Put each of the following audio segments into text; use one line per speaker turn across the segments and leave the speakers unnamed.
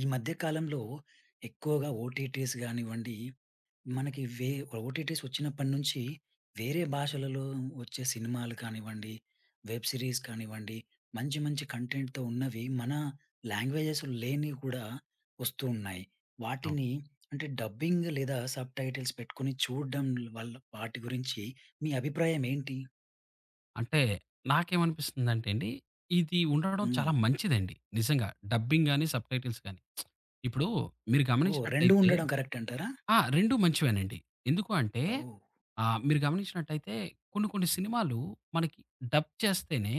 ఈ మధ్య కాలంలో ఎక్కువగా ఓటీటీస్ గానివ్వండి, మనకి వే ఓటీటీస్ వచ్చినప్పటి నుంచి వేరే భాషలలో వచ్చే సినిమాలు కానివ్వండి, వెబ్ సిరీస్ కానివ్వండి, మంచి మంచి కంటెంట్‌తో ఉన్నవి మన లాంగ్వేజెస్‌లో లేనివి కూడా వస్తూ ఉన్నాయి.
అవును.
వాటిని అంటే డబ్బింగ్ లేదా సబ్‌టైటిల్స్ పెట్టుకొని చూడడం వల్ల వాటి గురించి మీ అభిప్రాయం ఏంటి?
అంటే నాకేమనిపిస్తుందంటే అండి, ఇది ఉండడం
హ్మ్.
చాలా మంచిదండి. నిజంగా. డబ్బింగ్ గాని, సబ్‌టైటిల్స్ గాని. ఇప్పుడు మీరు
ఓహ్! 2
గమనించినట్టయితే
ఉండడం కరెక్ట్ అంటారా?
ఆ! 2 మంచివేనండి. ఎందుకు అంటే
ఓహ్!
మీరు గమనించినట్టయితే కొన్ని కొన్ని సినిమాలు మనకి డబ్ చేస్తేనే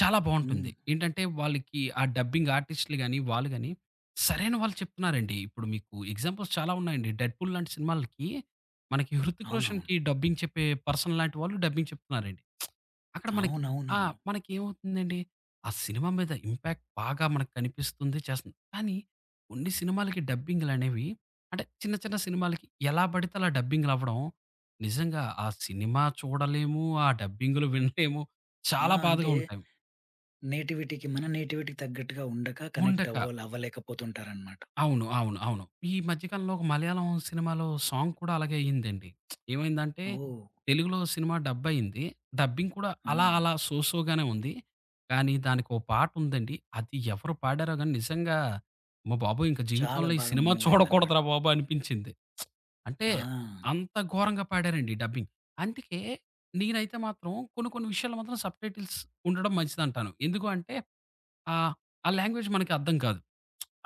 చాలా బావుంటుంది.
హ్మ్.
ఏంటంటే వాళ్ళకి ఆ డబ్బింగ్ ఆర్టిస్ట్‌లు గాని, వాళ్ళు గాని సరైన వాళ్ళు చెప్తున్నారండి. ఇప్పుడు మీకు ఎగ్జాంపుల్స్ చాలా ఉన్నాయండి. 'డెడ్‌పూల్' లాంటి సినిమాలకి మనకి 'హృతిక్
అవునవును.
రోషన్‌కి' డబ్బింగ్ చెప్పే పర్సన్ లాంటి వాళ్ళు డబ్బింగ్ చెప్తున్నారండి. అక్కడ మనకి ఆ!
అవునవునవును.
మనకేమవుతుందండి, ఆ సినిమా మీద ఇంపాక్ట్ బాగా మనకు కనిపిస్తుంది, చేస్తుంది. కానీ కొన్ని సినిమాలకి డబ్బింగ్‌లనేవి అంటే చిన్న చిన్న సినిమాలకి ఎలా పడితే అలా డబ్బింగ్‌లవ్వడం నిజంగా ఆ సినిమా చూడలేము, ఆ డబ్బింగ్‌లు వినలేము.
ఆ!
చాలా బాధగా
అంటే
ఉంటాయి.
మన నేటివిటీకి తగ్గట్టుగా ఉండక కనెక్ట్
ఉండక.
అవ్వలేకపోతుంటారనమాట.
అవును. అవును. అవును. ఈ మధ్య కాలంలో ఒక మలయాళం సినిమాలో సాంగ్ కూడా అలాగే అయిందండి. ఏమైందంటే
ఓహ్!
తెలుగులో సినిమా డబ్ అయింది. డబ్బింగ్ కూడా
ఆ!
అలా అలా సో సో‌గానే ఉంది. కానీ దానికో పాటుందండి. అది ఎవరు పాడారో గాని నిజంగా అమ్మ బాబోయ్! ఇంక
చాలా
జీవితంలో ఈ
బాగా
సినిమా
మూవ్ అయిందనమాట.
చూడకూడదురా బాబు అనిపించింది. అంటే
ఆ!
అంత ఘోరంగా పాడారండి డబ్బింగ్. అందుకే నేనైతే మాత్రం కొన్ని కొన్ని విషయాల్లో మాత్రం సబ్‌టైటిల్స్ ఉండడం మంచిదంటాను. ఎందుకు అంటే ఆహ్, ఆ లాంగ్వేజ్ మనకి అర్థం కాదు.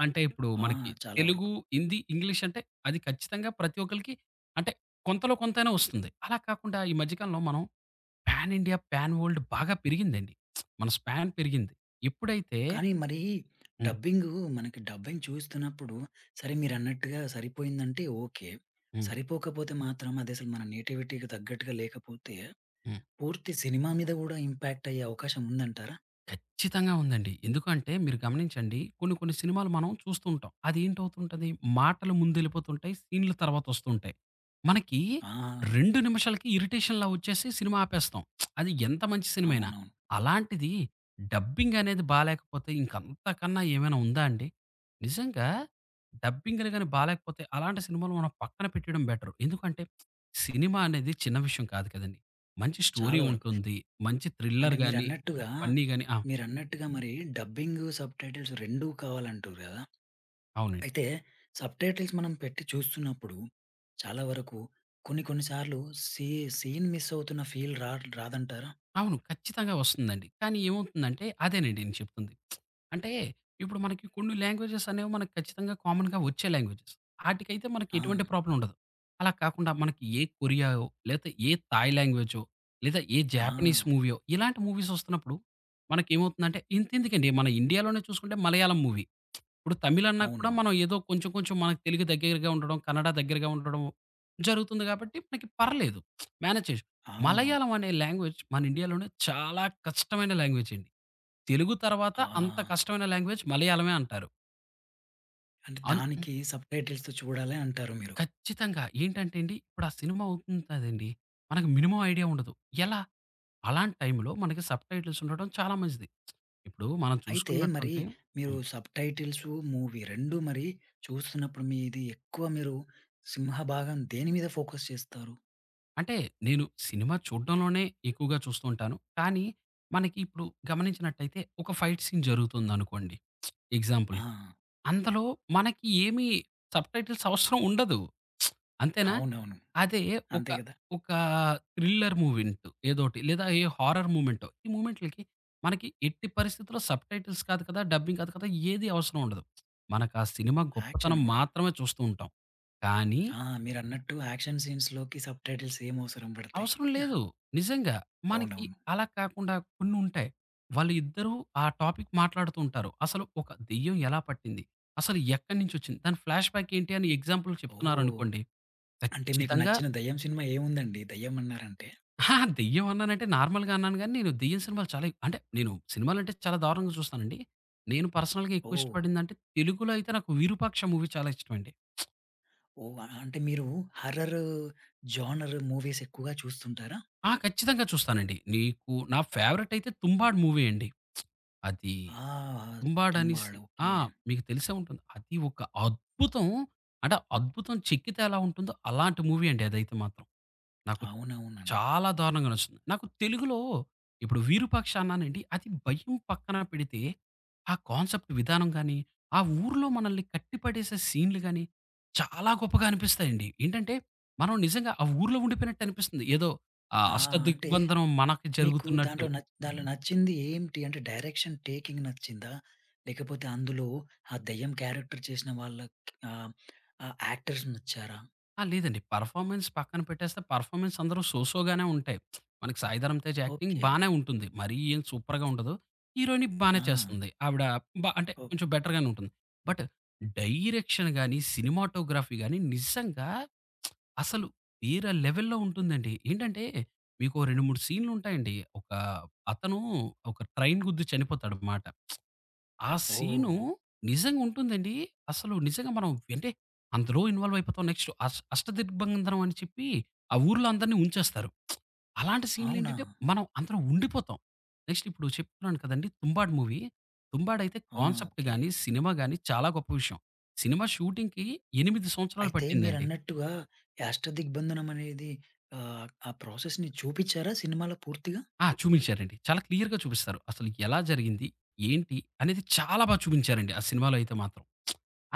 అంటే ఇప్పుడు
ఆ!
మనకి
చాలా
తెలుగు,
వరకు.
హిందీ, ఇంగ్లీష్ అంటే అది ఖచ్చితంగా ప్రతి ఒక్కళ్ళకి అంటే కొంతలో కొంతైనా వస్తుంది. అలా కాకుండా ఈ మధ్య కాలంలో మనం పాన్ ఇండియా, పాన్ వరల్డ్ బాగా పెరిగిందండి. మన స్పాన్ పెరిగింది. ఎప్పుడైతే
కానీ మరి
హ్మ్.
డబ్బింగు మనకి డబ్బింగ్ చూస్తున్నప్పుడు సరే మీరన్నట్టుగా సరిపోయిందంటే ఓకే.
హ్మ్.
సరిపోకపోతే మాత్రం అదసలు మన నేటివిటీకి తగ్గట్టుగా లేకపోతే
హ్మ్.
పూర్తి సినిమా మీద గూడా ఇంపాక్ట్ అయ్యే అవకాశం ఉందంటారా?
ఖచ్చితంగా ఉందండి. ఎందుకంటే మీరు గమనించండి కొన్ని కొన్ని సినిమాలు మనం చూస్తుంటాం. అదేంటవుతుంటది మాటలు ముందెళ్ళిపోతుంటాయి. సీన్‌లు తర్వాతొస్తుంటాయి. మనకి
ఆ!
2 నిమిషాలకి ఇరిటేషన్‌లా వచ్చేసి సినిమా ఆపేస్తాం. అది ఎంత మంచి సినిమైనా.
అవునవును.
అలాంటిది డబ్బింగ్ అనేది బాలేకపోతే ఇంకంతకన్నా ఏమైనా ఉందా అండి? నిజంగా డబ్బింగ్‌లు గాని బాలేకపోతే అలాంటి సినిమాలు మనం పక్కన పెట్టేయడం బెటరు. ఎందుకంటే సినిమా అనేది చిన్న విషయం కాదు కదండీ. మంచి స్టోరీ
చాలా వరకు.
ఉంటుంది. మంచి
అంటే
థ్రిల్లర్ గాని,
మీరన్నట్టుగా,
ఫన్నీ గాని ఆ!
మీరన్నట్టుగా మరి డబ్బింగ్, సబ్‌టైటిల్స్ రెండూ కావాలంటుర్రు గదా!
అవునండి.
అయితే సబ్‌టైటిల్స్ మనం పెట్టి చూస్తున్నప్పుడు చాలా వరకు కొన్ని కొన్ని సార్లు సీ సీన్ మిస్ అవుతున్న ఫీల్ రాదంటారా?
అవును. ఖచ్చితంగా వస్తుందండి. కానీ ఏమవుతుందంటే అదేనండి నేను చెప్తుంది. అంటే ఇప్పుడు మనకి కొన్ని లాంగ్వేజెస్ అనేవి మనకు ఖచ్చితంగా కామన్‌గా వచ్చే లాంగ్వేజెస్. ఆటికైతే మనకి
ఆ!
ఎటువంటి ప్రాబ్లమ్ ఉండదు. అలా కాకుండా మనకి ఏ కొరియాయో, లేతే ఏ థాయ్ లాంగ్వేజో, లేదా ఏ
ఆ!
జాపనీస్ మూవీయో ఇలాంటి మూవీస్ వస్తున్నప్పుడు మనకేమవుతుందంటే ఇంతెందుకండి మన ఇండియాలోనే చూసుకుంటే మలయాళం మూవీ. ఇప్పుడు తమిళన్నా కూడా
అవునవును.
మనం ఏదో కొంచెం కొంచెం మనకు తెలుగు దగ్గరగా ఉండడం, కన్నడ దగ్గరగా ఉండడం జరుగుతుంది కాబట్టి మనకి పర్లేదు. మేనేజ్ చేయొచ్చు.
అవునవును.
మలయాళం అనే లాంగ్వేజ్ మన ఇండియాలోనే చాలా కష్టమైన లాంగ్వేజ్ అండి. తెలుగు తర్వాత
ఆ!
అంత కష్టమైన లాంగ్వేజ్ మలయాళమే అంటారు.
అంటే
అన్
దానికి సబ్‌టైటిల్స్‌తో చూడాలి అంటారు మీరు.
ఖచ్చితంగా. ఏంటంటే అండి ఇప్పుడు ఆ సినిమా అవుతుంటదండి. మనకు మినిమమ్ ఐడియా ఉండదు. ఎలా? అలాంటి టైంలో మనకి సబ్‌టైటిల్స్ ఉండడం చాలా మంచిది. ఇప్పుడు మనం
అయితే మరి
చూసుకున్నట్టుంటే
మీరు
హ్మ్.
సబ్‌టైటిల్సు, మూవీ 2 మరి చూస్తున్నప్పుడు మీది ఎక్కువ మీరు సింహభాగం దేని మీద ఫోకస్ చేస్తారు?
అంటే నేను సినిమా చూడడంలోనే ఎక్కువగా చూస్తూ ఉంటాను. కానీ, మనకి ఇప్పుడు గమనించినట్టయితే ఒక ఫైట్ సీన్ జరుగుతుందనుకోండి
ఆ!
ఎగ్జాంపుల్‌కి. అందులో మనకి ఏమి సబ్‌టైటిల్స్ అవసరం ఉండదు. అంతేనా?
అవునవును.
అదే ఒక,
అంతే గదా!
ఒక థ్రిల్లర్ మూమెంట్ ఏదోటి లేదా ఏ హారర్ మూమెంటో ఈ మూమెంట్‌లకి మనకి ఎట్టి పరిస్థితుల్లో సబ్‌టైటిల్స్ కాదు కదా! డబ్బింగ్ కాదు కదా! ఏది అవసరం ఉండదు. మనకా సినిమా గొప్పతనం
యాక్షన్ గూడా.
మాత్రమే చూస్తూ ఉంటాం. కానీ
ఆ! మీరన్నట్టు యాక్షన్ సీన్స్‌లోకి సబ్‌టైటిల్స్ ఏం అవసరం పడతాయి.
అవసరం లేదు. నిజంగా. మనకి
అవునవును.
అలా కాకుండా కొన్నుంటాయి. వాళ్ళిద్దరూ ఆ టాపిక్ మాట్లాడుతూ ఉంటారు. అసలు ఒక దెయ్యం ఎలా పట్టింది? అసలు ఎక్కడి నుంచొచ్చింది? దాని ఫ్లాష్ బ్యాక్ ఏంటి అని ఎగ్జాంపుల్
ఓహ్!
చెప్తున్నారనుకోండి.
అంటే మీకు
ఖచ్చితంగా
నచ్చిన దెయ్యం సినిమా ఏముందండి? దెయ్యం అన్నారంటే?
అహా! దెయ్యం అన్నానంటే నార్మల్‌గా అన్నాను గానీ, నేను దెయ్యం సినిమాలు చాలా ఎక్ అంటే నేను సినిమాలంటే చాలా దారుణంగా చూస్తానండి. నేను పర్సనల్‌గా ఎక్కువ
ఓహ్!
ఇష్టపడిందంటే, తెలుగులో అయితే నాకు 'విరూపాక్ష' మూవీ చాలా ఇష్టమండి.
ఓహ్! అంటే మీరు హారర్ జోనర్ మూవీస్ ఎక్కువగా చూస్తుంటారా?
ఆ! ఖచ్చితంగా చూస్తానండి. నీకు నా ఫేవరెట్ అయితే 'తుంబాడ్' మూవీ అండి. అది
ఆ!
టుంబాడ్ అనేసి
'తుంబాడ్'
ఆ!
ఓకే.
మీకు తెలిసే ఉంటుంది. అది ఒక అద్భుతం. అంటే అద్భుతం చెక్కితే ఎలా ఉంటుందో అలాంటి మూవీ అండి అదైతే మాత్రం. నాకు
అవునవునండి.
చాలా దారుణంగా నచ్చుతుంది. నాకు తెలుగులో ఇప్పుడు 'విరూపాక్ష' అన్నానండి. అది భయం పక్కన పెడితే ఆ కాన్సెప్ట్ విధానం గాని, ఆ ఊర్లో మనల్ని కట్టిపడేసే సీన్‌లు గాని చాలా గొప్పగా అనిపిస్తాయండి. ఏంటంటే మనం నిజంగా ఆ ఊర్లో ఉండిపోయినట్టు అనిపిస్తుంది. ఏదో ఆ
ఆ! అంటే
అష్టదిగ్బంధనం మనకి
మీకు
జరుగుతున్నట్టు.
దాంట్లో నచ్చింది ఏంటి? అంటే డైరెక్షన్ టేకింగ్ నచ్చిందా? లేకపోతే అందులో ఆ దెయ్యం క్యారెక్టర్ చేసిన వాళ్ళకి ఆ యాక్టర్స్ నచ్చారా?
ఆ! లేదండి. పెర్ఫార్మన్స్ పక్కన పెట్టేస్తే పెర్ఫార్మన్స్ అందరూ సో సో గానే ఉంటాయి. మనకి 'సాయిధరమ్ తేజ్' యాక్టింగ్
ఓకే.
బానే ఉంటుంది. మరీ ఏం సూపర్‌గా ఉండదు. హీరోయిని బానే
ఆ!
చేస్తుంది. ఆవిడ అంటే
ఓకే.
కొంచెం బెటర్ గానే ఉంటుంది. బట్ డైరెక్షన్ గాని, సినిమాటోగ్రఫీ గాని నిజంగా అసలు వేరే లెవెల్‌లో ఉంటుందండి. ఏంటంటే మీకో 2, 3 సీన్‌లుంటాయండి. ఒక అతను ఒక ట్రైన్ గుద్ది చనిపోతాడనమాట. ఆ సీను
ఓహ్!
నిజంగా ఉంటుందండి. అసలు నిజంగా మనం అంటే అందులో ఇన్వాల్వ్ అయిపోతాం. నెక్స్ట్ అష్టదిగ్బంధనం అని చెప్పి ఆ ఊర్లో అందరిని ఉంచేస్తారు. అలాంటి
అవునా?
సీన్‌లేంటంటే మనం అందరం ఉండిపోతాం. నెక్స్ట్ ఇప్పుడు చెప్తున్నాను కదండీ! 'తుంబాడు' మూవీ. 'తుంబాడయితే'
ఆ!
Concept
okay.
గాని, సినిమా గాని చాలా గొప్ప విషయం. సినిమా షూటింగ్‌కి 8 సంవత్సరాలు
అయితే
పట్టిందండి.
మీరన్నట్టుగా ఈ అష్టదిగ్బంధనం అనేది ఆ ప్రాసెస్‌ని చూపిచ్చారా సినిమాలో పూర్తిగా?
ఆ! చూపించారండి. చాలా క్లియర్‌గా చూపిస్తారు. అసలు ఎలా జరిగింది? ఏంటి? అనేది చాలా బా చూపించారండి. ఆ సినిమాలో అయితే మాత్రం.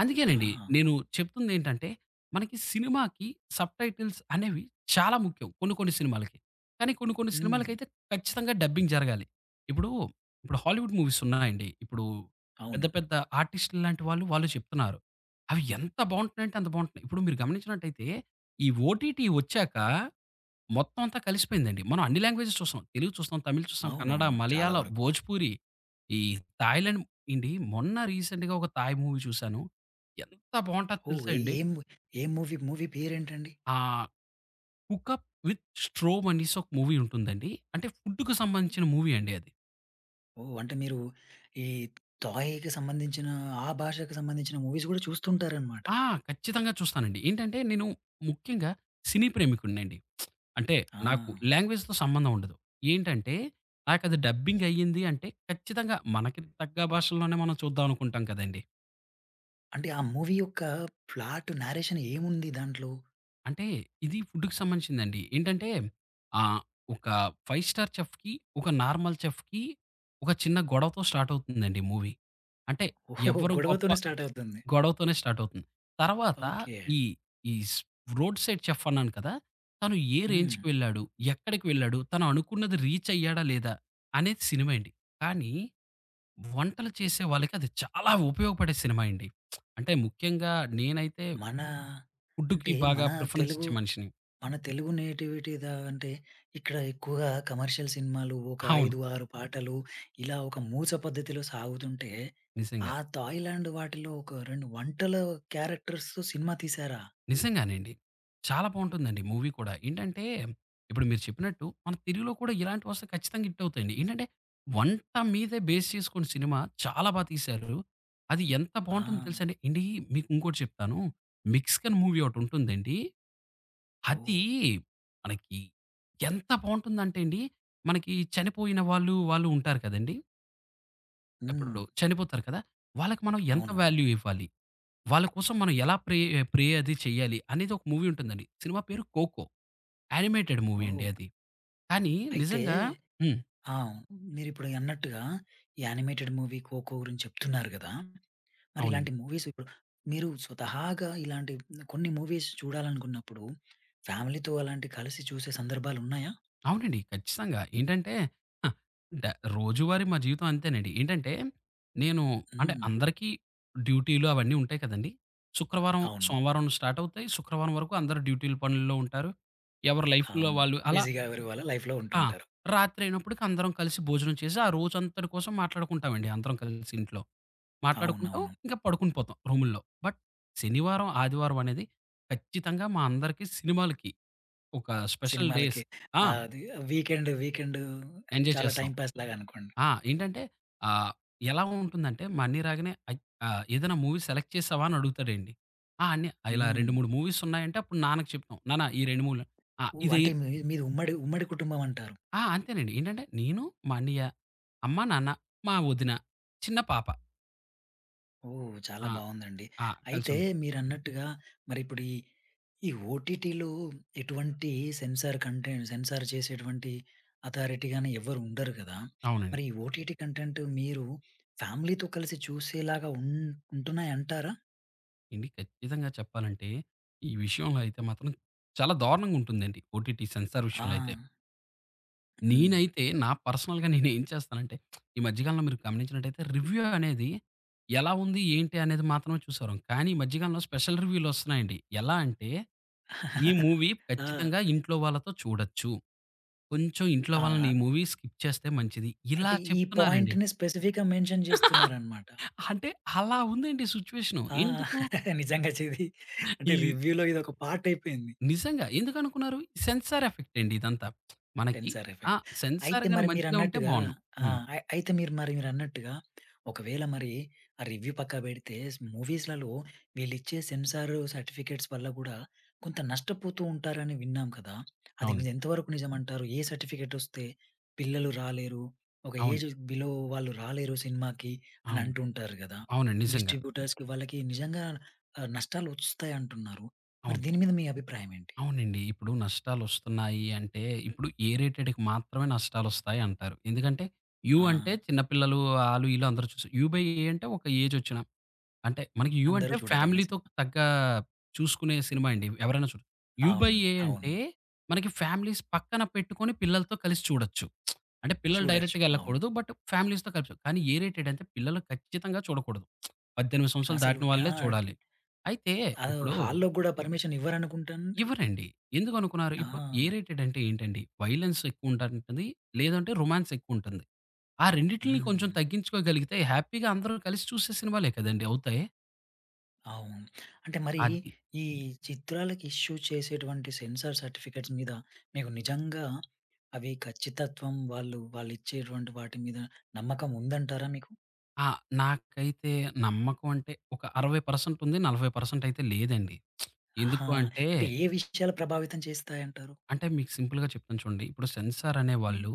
అందుకేనండి
ఆ!
నేను చెప్తుందేంటంటే, మనకి సినిమాకి సబ్‌టైటిల్స్ అనేవి చాలా ముఖ్యం కొన్ని కొన్ని సినిమాలకి. కానీ కొన్ని కొన్ని
హ్మ్.
సినిమాలకైతే ఖచ్చితంగా డబ్బింగ్ జరగాలి. ఇప్పుడు, ఇప్పుడు హాలీవుడ్ మూవీస్ ఉన్నాయండి. ఇప్పుడు పెద్ద
అవునండి.
పెద్ద ఆర్టిస్ట్‌లు లాంటి వాళ్ళు, వాళ్ళు చెప్తున్నారు. అవి ఎంత బావుంటున్నాయంటే అంత బావుంటున్నాయి. ఇప్పుడు మీరు గమనించినట్టయితే ఈ ఓటీటీ వచ్చాక మొత్తం అంతా కలిసిపోయిందండి. మనం అన్ని లాంగ్వేజెస్ చూసాం. తెలుగు చూస్తాం, తమిళ్ చూస్తాం, కన్నడ,
అవునవును. చాలా
మలయాళ,
వరకు.
భోజ్‌పూరి, ఈ థాయిలాండ్ ఏండి మొన్న రీసెంట్‌గా ఒక థాయ్ మూవీ చూసాను. ఎంత బావుంటదో
ఓహ్!
తెలుసా అండి?
ఏ మూవీ మూవీ పేరేంటండి?
ఆహ్, 'కుక్ అప్ విత్ స్ట్రోమ్' అనేసి ఒక మూవీ ఉంటుందండి. అంటే ఫుడ్‌కి సంబంధించిన మూవీ అండి అది.
ఓహ్! అంటే మీరు ఈ టాయ్‌కి సంబంధించిన, ఆ భాషకు సంబంధించిన మూవీస్ గూడా చూస్తుంటారనమాట.
ఆ! ఖచ్చితంగా చూస్తానండి. ఏంటంటే నేను ముఖ్యంగా సినీ ప్రేమికుడినండి. అంటే
ఆ!
నాకు లాంగ్వేజ్‌తో సంబంధం ఉండదు. ఏంటంటే నాకది డబ్బింగ్ అయ్యింది అంటే ఖచ్చితంగా మనకి తగ్గ భాషల్లోనే మనం చూద్దాం అనుకుంటాం కదండీ!
అంటే ఆ మూవీ యొక్క ప్లాట్ నేరేషన్ ఏముంది దాంట్లో?
అంటే ఇది ఫుడ్‌కి సంబంధించిందండి. ఏంటంటే ఆహ్, ఒక 5 స్టార్ చెఫ్‌కి, ఒక నార్మల్ చెఫ్‌కి ఒక చిన్న గొడవతో స్టార్ట్ అవుతుందండి మూవీ. అంటే
ఓహో!
ఎవరు గొప్ప
గొడవతోనే స్టార్ట్ అవుతుంది.
గొడవతోనే స్టార్ట్ అవుతుంది. తర్వాత
ఓకే.
ఈ ఈ స్ రోడ్ సైడ్ చెఫ్ అన్నాను కదా! తను ఏ
హ్మ్.
రేంజ్‌కి వెళ్ళాడు? ఎక్కడికి వెళ్ళాడు? తను అనుకున్నది రీచ్ అయ్యాడా? లేదా? అనేది సినిమా అండి. కానీ వంటలు చేసే వాళ్ళకి అది చాలా ఉపయోగపడే సినిమా అండి. అంటే ముఖ్యంగా నేనైతే
మన అంటే
ఫుడ్‌కి బాగా
మన
ప్రిఫరెన్స్
తెలుగు
ఇచ్చే మనిషిని.
మన తెలుగు నేటివిటీ అంటే ఇక్కడ ఎక్కువగా కమర్షియల్ సినిమాలు ఒక
అవును.
5, 6 పాటలు ఇలా ఒక మూస పద్ధతిలో సాగుతుంటే,
నిజంగా.
ఆ థాయిలాండ్ వాటిలో ఒక 2 వంటల క్యారెక్టర్స్‌తో సినిమా తీశారా?
నిజంగానండి. చాలా బావుంటుందండి మూవీ కూడా. ఏంటంటే, ఇప్పుడు మీరు చెప్పినట్టు మన తెలుగులో కూడా ఇలాంటివొస్తే ఖచ్చితంగా హిట్ అవుతాయండి. ఏంటంటే, వంట మీదే బేస్ చేసుకొని సినిమా చాలా బా తీశారు. అది ఎంత
ఆ!
బావుంటుందో తెలుసండి. ఏండి మీకు ఇంకోటి చెప్తాను. 'మెక్సికన్' మూవీ ఒకటుంటుందండి. అది
ఓహ్!
మనకి ఎంత బావుంటుందంటే అండి, మనకి చనిపోయిన వాళ్ళు, వాళ్ళు ఉంటారు కదండీ!
హ్మ్.
ఇప్పుడు చనిపోతారు కదా! వాళ్ళకి మనం ఎంత
అవునవును.
వాల్యూ ఇవ్వాలి? వాళ్ళ కోసం మనం ఎలా ప్రే ప్రే అది చెయ్యాలి అనేది ఒక మూవీ ఉంటుందండి. సినిమా పేరు 'కోకో.' యానిమేటెడ్ మూవీ అండి
ఓహ్!
అది. కానీ
అయితే
నిజంగా హ్మ్.
ఆ! మీరిప్పుడు అన్నట్టుగా ఈ యానిమేటెడ్ మూవీ 'ఖోఖో' గురించి చెప్తున్నారు గదా! మరి ఇలాంటి
అవునండి.
మూవీస్ ఇప్పుడు మీరు స్వతహాగా ఇలాంటి కొన్ని మూవీస్ చూడాలనుకున్నప్పుడు ఫ్యామిలీతో అలాంటి కలిసి చూసే సందర్భాలున్నాయా?
అవునండి. ఖచ్చితంగా. ఏంటంటే ఆ! డ రోజువారీ మా జీవితం అంతేనండి. ఏంటంటే నేను అంటే
హ్మ్.
అందరికీ డ్యూటీలు అవన్నీ ఉంటాయి కదండీ! శుక్రవారం,
అవును.
సోమవారం స్టార్ట్ అవుతాయి. శుక్రవారం వరకు అందరూ డ్యూటీలు పనుల్లో ఉంటారు. ఎవరి లైఫ్‌లో
అవును.
వాళ్ళు అలా
బిజీగా వాళ్ళ లైఫ్‌లో
ఆ!
ఉంటుంటారు.
రాత్రి అయినప్పటికి అందరం కలిసి భోజనం చేసి, ఆ రోజంతటి కోసం మాట్లాడుకుంటామండి అందరం కలిసి ఇంట్లో. మాట్లాడుకుంటాం.
అవునవును.
ఇంకా పడుకుని పోతాం రూముల్లో. బట్ శనివారం, ఆదివారం అనేది ఖచ్చితంగా మా అందరికీ సినిమాలకి ఒక స్పెషల్ డేస్
సినిమాలకి
ఆ!
అది వీకెండ్
ఎంజాయ్
చాలా
చేస్తాం.
టైమ్ పాస్ లాగా అనుకోండి.
ఆ! ఏంటంటే ఆహ్, ఎలా ఉంటుందంటే మా అన్నయ్య రాగానే "ఏదైనా మూవీ సెలెక్ట్ చేసావా?" అని అడుగుతాడండి. ఆ! అన్నయ్య ఇలా
హ్మ్.
2, 3 మూవీస్ ఉన్నాయంటే అప్పుడు నాన్నకి చెప్తాం. నాన్న ఈ 2 మూవీలు ఆ!
ఓహ్!
ఇది
అంటే మీది ఉమ్మడి ఉమ్మడి కుటుంబం అంటారు.
ఆ! అంతేనండి. ఏంటంటే నేను, మా అన్నయ్య, అమ్మ, నాన్న, మా వదిన, చిన్న పాప.
ఓహ్! చాలా
ఆ!
బావుందండి.
ఆ!
అయితే
కలిసుంటాం.
మీరన్నట్టుగా మరిప్పుడు ఈ ఓటీటీలో ఎటువంటి సెన్సార్ చేసేటువంటి అథారిటీ గాని ఎవ్వరు ఉండరు కదా!
అవునండి.
మరి ఈ ఓటీటీ కంటెంట్ మీరు ఫ్యామిలీతో కలిసి చూసేలాగా ఉంటున్నాయంటారా?
అండి. ఖచ్చితంగా చెప్పాలంటే, ఈ విషయంలో అయితే మాత్రం చాలా దారుణంగా ఉంటుందండి. ఓటీటీ సెన్సార్
ఆ!
విషయంలో అయితే.
హ్మ్.
నేనైతే నా పర్సనల్‌గా నేనేం చేస్తానంటే, ఈ మధ్య కాలంలో మీరు గమనించినట్టయితే రివ్యూ అనేది ఎలా ఉంది, ఏంటి అనేది మాత్రమే చూసేవారం. కానీ ఈ మధ్య కాలంలో స్పెషల్ రివ్యూలొస్తున్నాయండి. ఎలా అంటే, "ఈ మూవీ
ఆ!
ఖచ్చితంగా ఇంట్లో వాళ్ళతో చూడొచ్చు. కొంచెం ఇంట్లో వాళ్ళని
ఆ!
ఈ మూవీ స్కిప్ చేస్తే మంచిది." ఇలా
అంటే ఈ
చెప్తున్నారండి.
పాయింట్‌ని స్పెసిఫిక్‌గా మెన్షన్ చేస్తున్నారనమాట.
అంటే అలా ఉందండి సిట్యుయేషను.
ఆ!
ఎందుకు
నిజంగా ఇది అంటే
ఈ
రివ్యూలో ఇదొక పార్ట్ అయిపోయింది.
నిజంగా. ఎందుకనుకున్నారు? సెన్సార్ ఎఫెక్ట్ అండి ఇదంతా. మనకి
సెన్సార్
ఆ!
ఎఫెక్ట్.
సెన్సార్
అయితే
గాని
మరి
మంచిగా ఉంటే
మీరన్నట్టుగా
బావున్ను.
ఆ!
హ్మ్.
అయితే మీరు మరి ఒకవేళ మరి ఆ రివ్యూ పక్కన పెడితే మూవీస్‌లలో వీళ్ళిచ్చే సెన్సార్ సర్టిఫికేట్స్ వల్ల గూడా కొంత నష్టపోతూ ఉంటారని విన్నాం కదా! అది
అవునండి.
ఎంతవరకు నిజమంటారు? ఏ సర్టిఫికేట్ వస్తే పిల్లలు రాలేరు, ఒక
అవును.
ఏజ్ బిలో వాళ్ళు రాలేరు సినిమాకి అని
అవును.
అంటుంటారు గదా!
అవునండి. నిజంగా.
డిస్ట్రిబ్యూటర్స్‌కి వాళ్ళకి నిజంగా నష్టాలు వస్తాయంటున్నారు. మరి
అవును.
దీని మీద మీ అభిప్రాయం ఏంటి?
అవునండి. ఇప్పుడు నష్టాలొస్తున్నాయి అంటే, ఇప్పుడు ఏ రేటెడ్‌కి మాత్రమే నష్టాలొస్తాయి అంటారు. ఎందుకంటే, యూ
ఆ!
అంటే చిన్న పిల్లలు ఆళ్ళు, ఈళ్ళు అందరూ చూసి, యూ బై ఏ అంటే ఒక ఏజొచ్చిన అంటే మనకి 'యూ'
అందరూ
అంటే
చూడదగిన
ఫ్యామిలీతో
సినిమా.
తగ్గ చూసుకునే సినిమా అండి. ఎవరైనా చూడొచ్చు. 'యూ బై
అవును.
ఏ' అంటే
అవును.
మనకి ఫ్యామిలీస్ పక్కన పెట్టుకొని పిల్లలతో కలిసి చూడొచ్చు. అంటే పిల్లలు
చూడొచ్చు.
డైరెక్ట్‌గా
అవును.
ఎళ్ళకూడదు. బట్ ఫ్యామిలీస్‌తో కలిసి కానీ ఏ రేటెడ్ అంటే పిల్లలు ఖచ్చితంగా చూడకూడదు. 18 సంవత్సరాలు
అసలు
దాటిన వాళ్ళే చూడాలి.
హుహు.
అయితే ఇప్పుడు
హాల్‌లో గూడా పర్మిషన్ ఇవ్వరనుకుంటానండి.
ఇవ్వరండి. ఎందుకనుకున్నారు?
ఆ!
ఇప్పుడు ఏ రేటెడ్ అంటే ఏంటండి? వయలెన్స్ ఎక్కువుంటంటది. లేదంటే రొమాన్స్ ఎక్కువుంటుంది. ఆ రెండిటిలిని కొంచెం
హ్మ్.
తగ్గించుకోగలిగితే హ్యాపీగా అందరూ కలిసి చూసే సినిమాలే కదండీ! అవుతాయి.
అవును. అంటే మరి
అది
ఈ చిత్రాలకి ఇష్యూ చేసేటువంటి సెన్సార్ సర్టిఫికేట్స్ మీద మీకు నిజంగా అవి ఖచ్చితత్వం వాళ్ళిచ్చేటువంటి వాటి మీద నమ్మకం ఉందంటారా మీకు?
ఆ! నాకైతే నమ్మకం అంటే ఒక 60% ఉంది. 40% అయితే లేదండి.
ఆహా!
ఎందుకు అంటే,
అంటే ఏ విషయాలు ప్రభావితం చేస్తాయంటారు?
అంటే మీకు సింపుల్‌గా చెప్తాను చూడండి. ఇప్పుడు సెన్సార్
హ్మ్.
అనేవాళ్ళు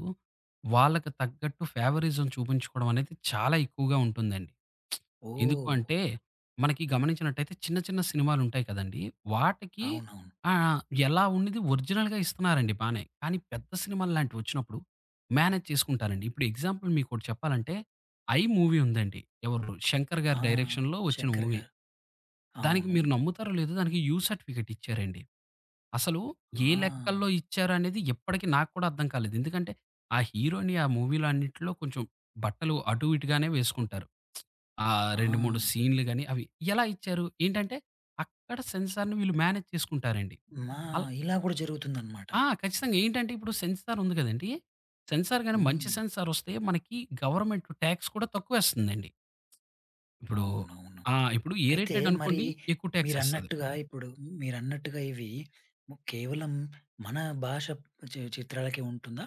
వాళ్ళకి తగ్గట్టు ఫేవరిజం చూపించుకోవడం అనేది చాలా ఎక్కువగా ఉంటుందండి. ఎందుకు
ఓహ్!
అంటే మనకి గమనించినట్టయితే చిన్న చిన్న సినిమాలు ఉంటాయి కదండీ! వాటికి
అవునవును.
ఆ! ఎలా ఉండిది ఒరిజినల్‌గా ఇస్తున్నారండి బానే. కానీ పెద్ద సినిమాలు లాంటివి వచ్చినప్పుడు మేనేజ్ చేసుకుంటారండి. ఇప్పుడు ఎగ్జాంపుల్ మీకోటి చెప్పాలంటే 'ఐ' మూవీ ఉందండి. ఎవరు 'శంకర్'
ఆ!
గారి డైరెక్షన్‌లో వచ్చిన
శంకర్
మూవీ.
గారు.
దానికి
అవును.
మీరు నమ్ముతారో లేదో దానికి యూ సర్టిఫికేట్ ఇచ్చారండి. అసలు ఏ లెక్కల్లో
ఆ!
ఇచ్చారనేది ఇప్పటికి నాకు కూడా అర్థం కాలేదు. ఎందుకంటే ఆ హీరోని ఆ మూవీలో అన్నిట్లో కొంచెం బట్టలు అటు ఇటుగానే వేసుకుంటారు. ఆ
ఆ!
2, 3 సీన్‌లు గాని అవి ఎలా ఇచ్చారు? ఏంటంటే అక్కడ సెన్సార్‌ని వీళ్ళు మేనేజ్ చేసుకుంటారండి.
మా
అల్
ఇలా కూడా జరుగుతుందనమాట.
ఆ! ఖచ్చితంగా. ఏంటంటే ఇప్పుడు సెన్సార్ ఉంది కదండీ! సెన్సార్ గాని మంచి
హ్మ్.
సెన్సార్ వస్తే మనకి గవర్నమెంట్ టాక్స్ కూడా తక్కువేస్తుందండి. ఇప్పుడు
అవునవును.
ఆ! ఇప్పుడు ఏ
అయితే
రేటెడ్
మరి
అనుకోండి ఎక్కువ టాక్సేస్తది.
మీరన్నట్టుగా ఇప్పుడు ఇవి కేవలం మన భాష చిత్రాలకే ఉంటుందా?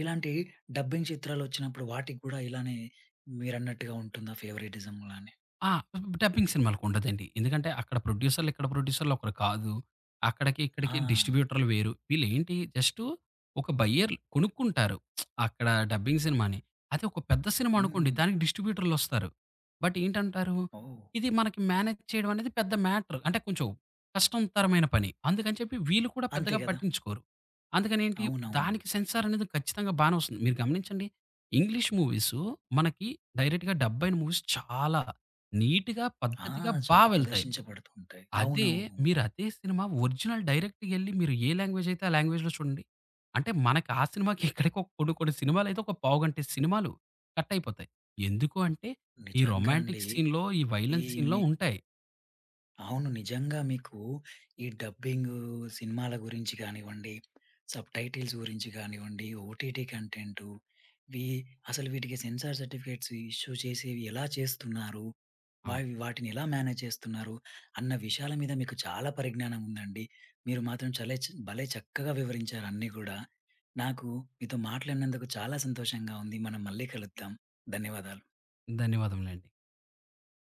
ఇలాంటి డబ్బింగ్ చిత్రాలొచ్చినప్పుడు వాటికి గూడా ఇలానే మీరన్నట్టుగా ఉంటుందా ఫేవరెటిజం లానే?
ఆ! డబ్బింగ్ సినిమాలకుండదండి. ఎందుకంటే అక్కడ ప్రొడ్యూసర్‌లు, ఇక్కడ ప్రొడ్యూసర్‌లు ఒకరు కాదు. అక్కడికి,
ఆ!
ఇక్కడికి డిస్ట్రిబ్యూటర్‌లు వేరు. వీళ్ళేంటి జస్ట్ ఒక బయ్యర్‌లు కొనుక్కుంటారు. అక్కడ డబ్బింగ్ సినిమాని. అదే ఒక పెద్ద సినిమా అనుకోండి
హ్మ్.
దానికి డిస్ట్రిబ్యూటర్‌లొస్తారు. బట్ ఏంటంటారు,
ఓహ్!
ఇది మనకి మేనేజ్ చేయడం అనేది పెద్ద మ్యాటర్. అంటే కొంచెం కష్టంతరమైన పని. అందుకని చెప్పి వీళ్ళు కూడా
అంతే
పెద్దగా
గదా!
పట్టించుకోరు. అందుకనేంటి
అవునవునవును.
దానికి సెన్సార్ అనేది ఖచ్చితంగా బానే వస్తుంది. మీరు గమనించండి ఇంగ్లీష్ మూవీసు మనకి డైరెక్ట్‌గా డబ్ అయిన మూవీస్ చాలా నీట్‌గా,
ఆ!
పద్ధతిగా బా
చాలా
వెళ్తాయి.
ప్రదర్శించబడుతూ ఉంటాయి.
అదే
అవునవును.
మీరు అదే సినిమా ఒరిజినల్ డైరెక్ట్‌గెళ్లి మీరు ఏ లాంగ్వేజ్ అయితే ఆ లాంగ్వేజ్‌లో చూడండి. అంటే మనకి ఆ సినిమాకి ఇక్కడికి ఒక కొన్ని కొన్ని సినిమాలైతే ఒక పావుగంట సినిమాలు కట్ అయిపోతాయి. ఎందుకు అంటే ఈ
నిజంగా అండి.
రొమాంటిక్ సీన్‌లో, ఈ
ఈ
వైలెన్స్ సీన్‌లో
మీ
ఉంటాయి.
అవును. నిజంగా మీకు ఈ డబ్బింగు, సినిమాల గురించి కానివ్వండి, సబ్‌టైటిల్స్ గురించి కానివ్వండి, ఓటీటీ కంటెంటు, వీ అసలు వీటికి సెన్సార్ సర్టిఫికేట్స్ ఇష్యూ చేసేవి ఎలా చేస్తున్నారు?
అవును.
వాటిని ఎలా మేనేజ్ చేస్తున్నారు? అన్న విషయాల మీద మీకు చాలా పరిజ్ఞానం ఉందండి. మీరు మాత్రం చలే చ్ భలే చక్కగా వివరించారు అన్నీ గూడా. నాకు మీతో మాట్లాడినందుకు చాలా సంతోషంగా ఉంది. మనం మళ్ళీ కలుద్దాం. ధన్యవాదాలు.
ధన్యవాదములండి.